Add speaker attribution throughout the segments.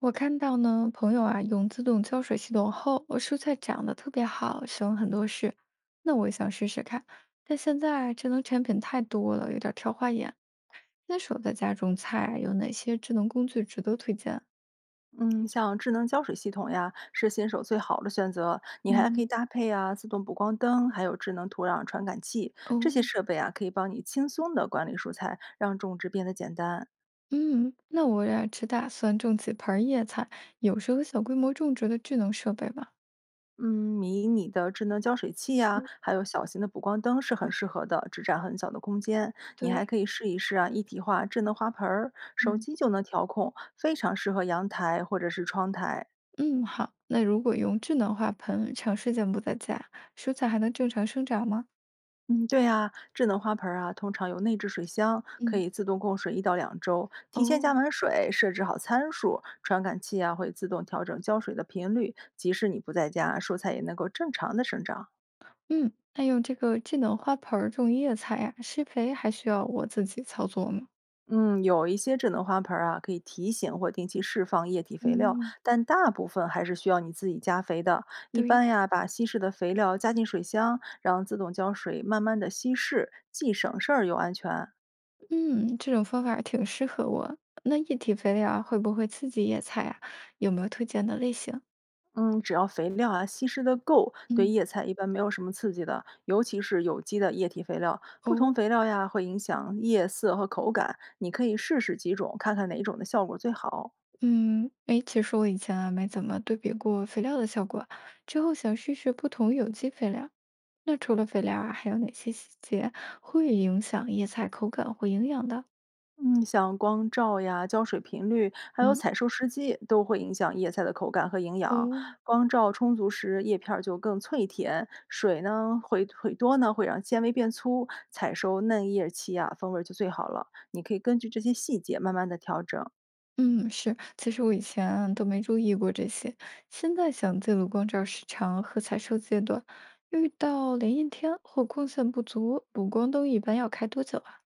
Speaker 1: 我看到呢，朋友啊用自动浇水系统后，蔬菜长得特别好，省很多事。那我也想试试看，但现在啊智能产品太多了，有点儿挑花眼。新手在家种菜，有哪些智能工具值得推荐？
Speaker 2: 嗯，像智能浇水系统呀，是新手最好的选择。你还可
Speaker 1: 嗯，
Speaker 2: 以搭配啊，自动补光灯，还有智能土壤传感器，这些
Speaker 1: 哦，
Speaker 2: 设备啊，可以帮你轻松的管理蔬菜，让种植变得简单。
Speaker 1: 嗯，那我呀只打算种几盆儿叶菜，有适合小规模种植的智能设备吗？
Speaker 2: 嗯，迷你的智能浇水器
Speaker 1: 嗯，
Speaker 2: 呀，还有小型的补光灯是
Speaker 1: 哦，
Speaker 2: 很适合的，只占很小的空间。你还
Speaker 1: 对，
Speaker 2: 可以试一试啊，一体化智能花盆儿，手
Speaker 1: 嗯
Speaker 2: 机就能调控，非常适合阳台或者是窗台。
Speaker 1: 嗯，好。那如果用智能化盆，长时间不在家，蔬菜还能正常生长吗？
Speaker 2: 嗯，对呀，智能花盆儿啊，通常有内置水箱，可
Speaker 1: 嗯，
Speaker 2: 以自动供水一到两周，提前加
Speaker 1: 哦。
Speaker 2: 满水，设置好参数，传感器啊会自动调整浇水的频率，即使你不在家，蔬菜也能够正常的生长。
Speaker 1: 嗯，那用这个智能花盆儿种叶菜呀、施肥还需要我自己操作吗？
Speaker 2: 嗯，有一些智能花盆儿啊，可以提醒或定期释放液体肥料，
Speaker 1: 嗯，
Speaker 2: 但大部分还是需要你自己加肥的。一
Speaker 1: 对，
Speaker 2: 般呀，把稀释的肥料加进水箱，让自动浇水慢慢的稀释，既省事儿又安全。
Speaker 1: 嗯，这种方法挺适合我。那液体肥料啊会不会刺激叶菜啊？有没有推荐的类型？
Speaker 2: 嗯，只要肥料啊稀释的够，对
Speaker 1: 嗯，
Speaker 2: 叶菜一般没有什么刺激的，尤其是有机的液体肥料。不同
Speaker 1: 哦，
Speaker 2: 肥料呀会影响叶色和口感，你可以试试几种，看看哪种的效果最好。
Speaker 1: 嗯，哎，其实我以前啊没怎么对比过肥料的效果，之后想试试不同有机肥料。那除了肥料啊，还有哪些细节会影响叶菜口感或营养的？
Speaker 2: 嗯，像光照呀、浇水频率，还有
Speaker 1: 嗯。
Speaker 2: 采收时机，都会影响叶菜的口感和营养。
Speaker 1: 哦，
Speaker 2: 光照充足时，叶片儿就更脆甜；水呢，会多呢，会让纤维变粗。采收嫩叶期呀，风味儿就最好了。你可以根据这些细节慢慢的调整。
Speaker 1: 嗯，是，其实我以前啊都没注意过这些，现在想记录光照时长和采收阶段，遇到连阴天或光线不足，补光灯一般要开多久啊？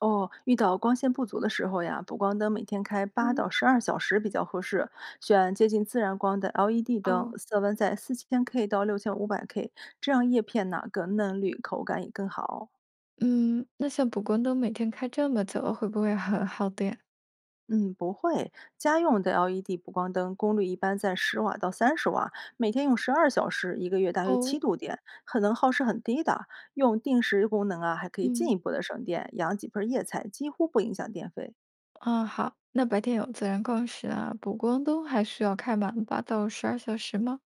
Speaker 2: 哦，遇到光线不足的时候呀，补光灯每天开八到
Speaker 1: 嗯，
Speaker 2: 十二小时比较合适，选接近自然光的 LED 灯，
Speaker 1: 哦，
Speaker 2: 色温在4000 K 到6500 K，这样叶片呢更嫩绿，口感也更好。
Speaker 1: 嗯，那像补光灯每天开这么久，会不会很耗电？
Speaker 2: 嗯，不会，家用的 LED 补光灯功率一般在10瓦到30瓦，每天用十二小时，一个月大约七
Speaker 1: 哦，
Speaker 2: 度电，很能耗是很低的。用定时功能啊，还可以进
Speaker 1: 嗯，
Speaker 2: 一步的省电，养几盆叶菜几乎不影响电费。
Speaker 1: 啊，好，那白天有自然光时啊，补光灯还需要开满8到12小时吗？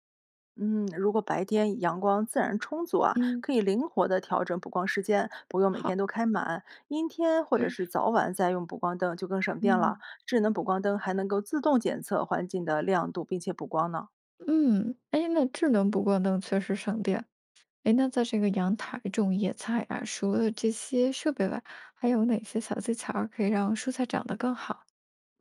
Speaker 2: 嗯，如果白天阳光自然充足啊，
Speaker 1: 嗯，
Speaker 2: 可以灵活的调整补光时间，不用每天
Speaker 1: 好，
Speaker 2: 都开满。阴天或者
Speaker 1: 对，
Speaker 2: 是早晚再用补光灯就更省电了。
Speaker 1: 嗯
Speaker 2: 智能补光灯还能够自动检测环境的亮度，并且补光呢。
Speaker 1: 嗯，哎，那智能补光灯确实省电，诶，那在这个阳台种野菜啊，除了这些设备外，还有哪些小技巧儿可以让蔬菜长得更好？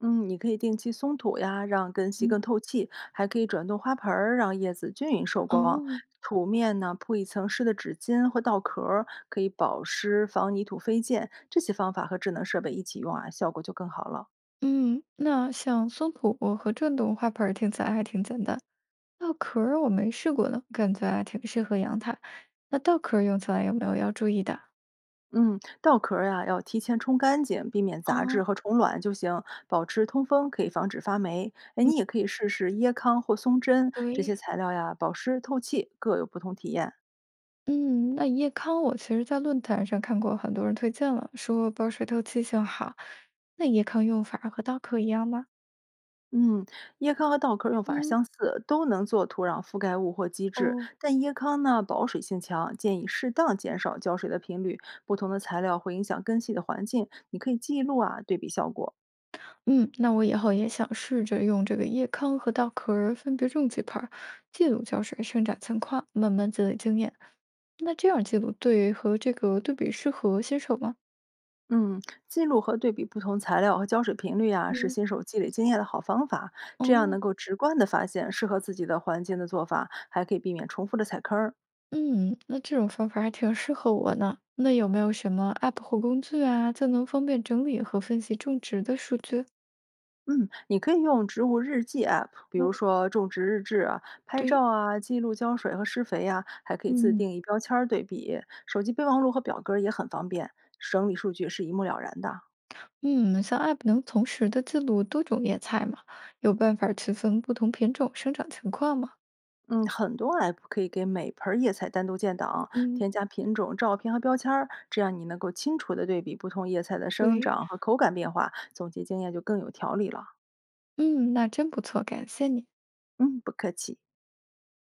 Speaker 2: 嗯，你可以定期松土呀，让根系
Speaker 1: 嗯，
Speaker 2: 更透气，还可以转动花盆儿，让叶子均匀受光。
Speaker 1: 哦，
Speaker 2: 土面呢铺一层湿的纸巾或稻壳儿，可以保湿、防泥土飞溅。这些方法和智能设备一起用啊，效果就更好了。
Speaker 1: 嗯，那像松土和转动花盆儿听起来还挺简单，稻壳儿我没试过呢，感觉还挺适合阳台。那稻壳儿用起来有没有要注意的？
Speaker 2: 嗯，稻壳儿呀，要提前冲干净，避免杂质
Speaker 1: 哦，
Speaker 2: 和虫卵就行。保持通风可以防止发霉。哎，你也可以试试椰糠或松针这
Speaker 1: 对，
Speaker 2: 些材料呀，保湿透气，各有不同体验。
Speaker 1: 嗯，那椰糠我其实在论坛上看过很多人推荐了，说保水透气性好。那椰糠用法儿和稻壳一样吗？
Speaker 2: 嗯，椰糠和稻壳儿用法儿
Speaker 1: 嗯，
Speaker 2: 相似，都能做土壤覆盖物或基质，
Speaker 1: 哦。
Speaker 2: 但椰糠呢保水性强，建议适当减少浇水的频率。不同的材料会影响根系的环境，你可以记录啊，对比效果。
Speaker 1: 嗯，那我以后也想试着用这个叶康和稻壳儿分别种几盆儿，记录浇水、生长情况，慢慢积累经验。那这样记录对和这个对比适合新手吗？
Speaker 2: 嗯，记录和对比不同材料和浇水频率呀、是
Speaker 1: 嗯，
Speaker 2: 新手积累经验的好方法。这样
Speaker 1: 哦，
Speaker 2: 能够直观的发现适合自己的环境的做法，还可以避免重复的踩坑儿。
Speaker 1: 嗯，那这种方法还挺适合我呢。那有没有什么 App 或工具啊，就能方便整理和分析种植的数据？
Speaker 2: 嗯，你可以用植物日记 App，比如
Speaker 1: 哦，
Speaker 2: 说种植日志啊，拍照
Speaker 1: 对，
Speaker 2: 啊，记录浇水和施肥呀、还可以自
Speaker 1: 嗯
Speaker 2: 定义标签儿对比。手机备忘录和表格儿也很方便，整理数据是一目了然的。
Speaker 1: 嗯，像 App 能同时的记录多种叶菜吗？有办法区分不同品种生长情况吗？
Speaker 2: 嗯，很多 app 可以给每盆儿叶菜单独建档，
Speaker 1: 嗯，
Speaker 2: 添加品种、照片和标签儿，这样你能够清楚的对比不同叶菜的生
Speaker 1: 对。
Speaker 2: 长和口感变化，总结经验就更有条理了。
Speaker 1: 嗯，那真不错，感谢你。
Speaker 2: 嗯，不客气。